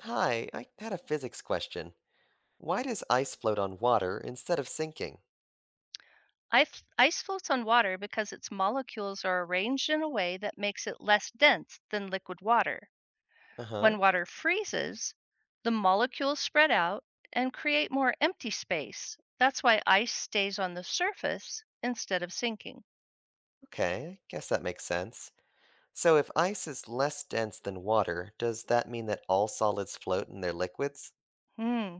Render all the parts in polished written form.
Hi, I had a physics question. Why does ice float on water instead of sinking? Ice floats on water because its molecules are arranged in a way that makes it less dense than liquid water. Uh huh. When water freezes, the molecules spread out and create more empty space. That's why ice stays on the surface instead of sinking. Okay, I guess that makes sense. So, if ice is less dense than water, does that mean that all solids float in their liquids? Hmm.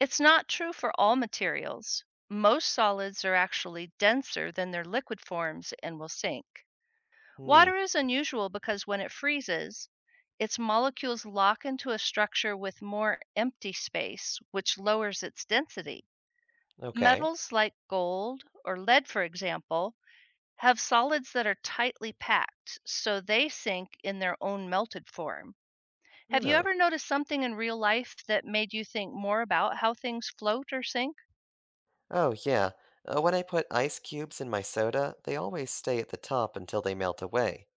It's not true for all materials. Most solids are actually denser than their liquid forms and will sink. Hmm, Water is unusual because when it freezes, its molecules lock into a structure with more empty space, which lowers its density. okay. Metals like gold or lead, for example, have solids that are tightly packed, so they sink in their own melted form. Have you Huh. ever noticed something in real life that made you think more about how things float or sink? Oh, yeah. When I put ice cubes in my soda, they always stay at the top until they melt away.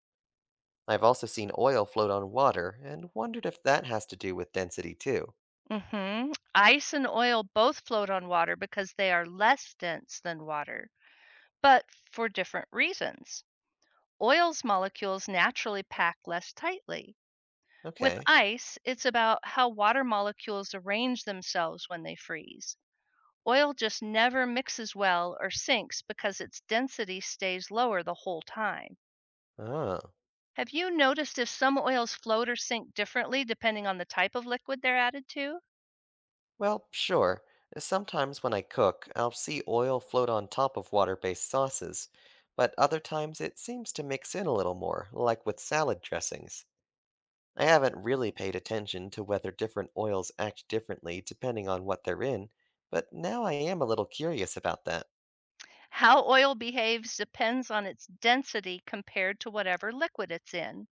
I've also seen oil float on water and wondered if that has to do with density, too. Ice and oil both float on water because they are less dense than water, but for different reasons. Oil's molecules naturally pack less tightly. With Okay. ice, it's about how water molecules arrange themselves when they freeze. Oil just never mixes well or sinks because its density stays lower the whole time. Oh. Have you noticed if some oils float or sink differently depending on the type of liquid they're added to? Well, sure. Sometimes when I cook, I'll see oil float on top of water based sauces, but other times it seems to mix in a little more, like with salad dressings. I haven't really paid attention to whether different oils act differently depending on what they're in, but now I am a little curious about that. How oil behaves depends on its density compared to whatever liquid it's in.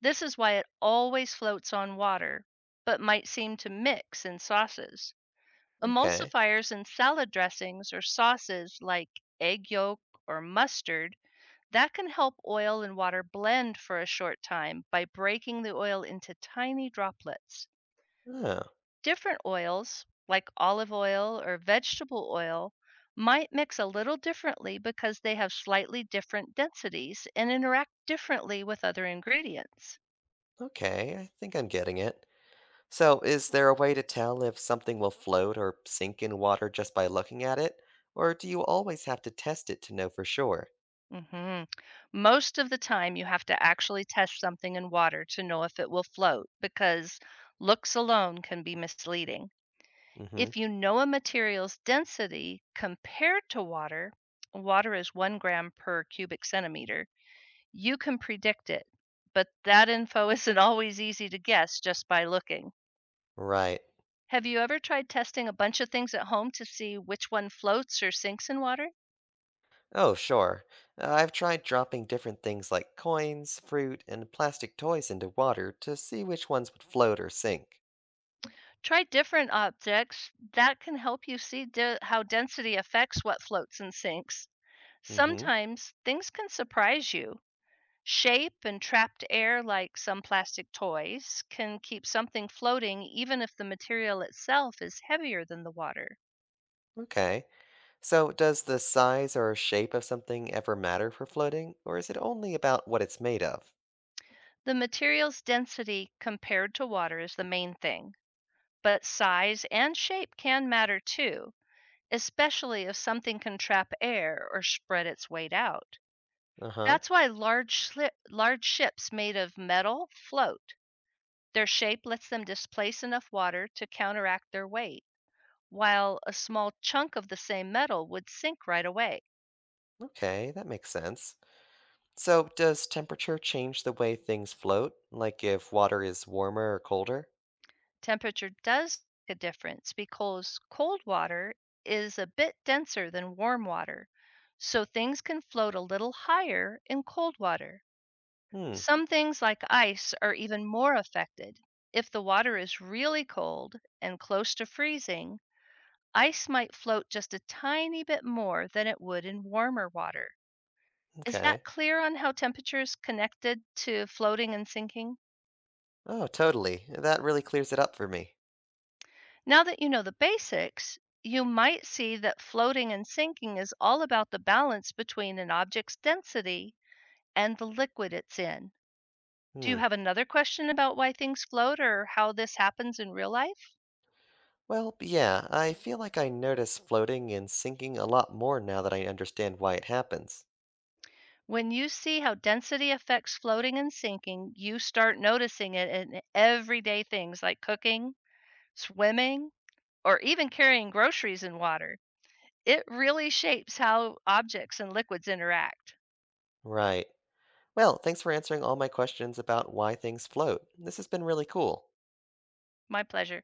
This is why it always floats on water, but might seem to mix in sauces. Okay. Emulsifiers in salad dressings or sauces like egg yolk or mustard that can help oil and water blend for a short time by breaking the oil into tiny droplets. Oh, Different oils, like olive oil or vegetable oil, might mix a little differently because they have slightly different densities and interact differently with other ingredients. okay, I think I'm getting it. So, is there a way to tell if something will float or sink in water just by looking at it? Or do you always have to test it to know for sure? hmm Most of the time, you have to actually test something in water to know if it will float because looks alone can be misleading. Mm hmm. If you know a material's density compared to water, water is 1 gram per cubic centimeter, you can predict it. But that info isn't always easy to guess just by looking. Right. Have you ever tried testing a bunch of things at home to see which one floats or sinks in water? Oh, sure. I've tried dropping different things like coins, fruit, and plastic toys into water to see which ones would float or sink. Try different objects that can help you see how density affects what floats and sinks. Mm hmm. Sometimes things can surprise you. Shape and trapped air, like some plastic toys, can keep something floating even if the material itself is heavier than the water. Okay. So, does the size or shape of something ever matter for floating, or is it only about what it's made of? The material's density compared to water is the main thing, but size and shape can matter too, especially if something can trap air or spread its weight out. Uh huh. That's why large ships made of metal float. Their shape lets them displace enough water to counteract their weight, while a small chunk of the same metal would sink right away. Okay, that makes sense. So, does temperature change the way things float, like if water is warmer or colder? Temperature does make a difference because cold water is a bit denser than warm water, so things can float a little higher in cold water. Hmm, Some things like ice are even more affected. If the water is really cold and close to freezing, ice might float just a tiny bit more than it would in warmer water. Is that okay. clear on how temperature is connected to floating and sinking? Oh, totally. That really clears it up for me. Now that you know the basics, you might see that floating and sinking is all about the balance between an object's density and the liquid it's in. Do you Hmm. have another question about why things float or how this happens in real life? Well, yeah, I feel like I notice floating and sinking a lot more now that I understand why it happens. When you see how density affects floating and sinking, you start noticing it in everyday things like cooking, swimming, or even carrying groceries and water. It really shapes how objects and liquids interact. Right. Well, thanks for answering all my questions about why things float. This has been really cool. My pleasure.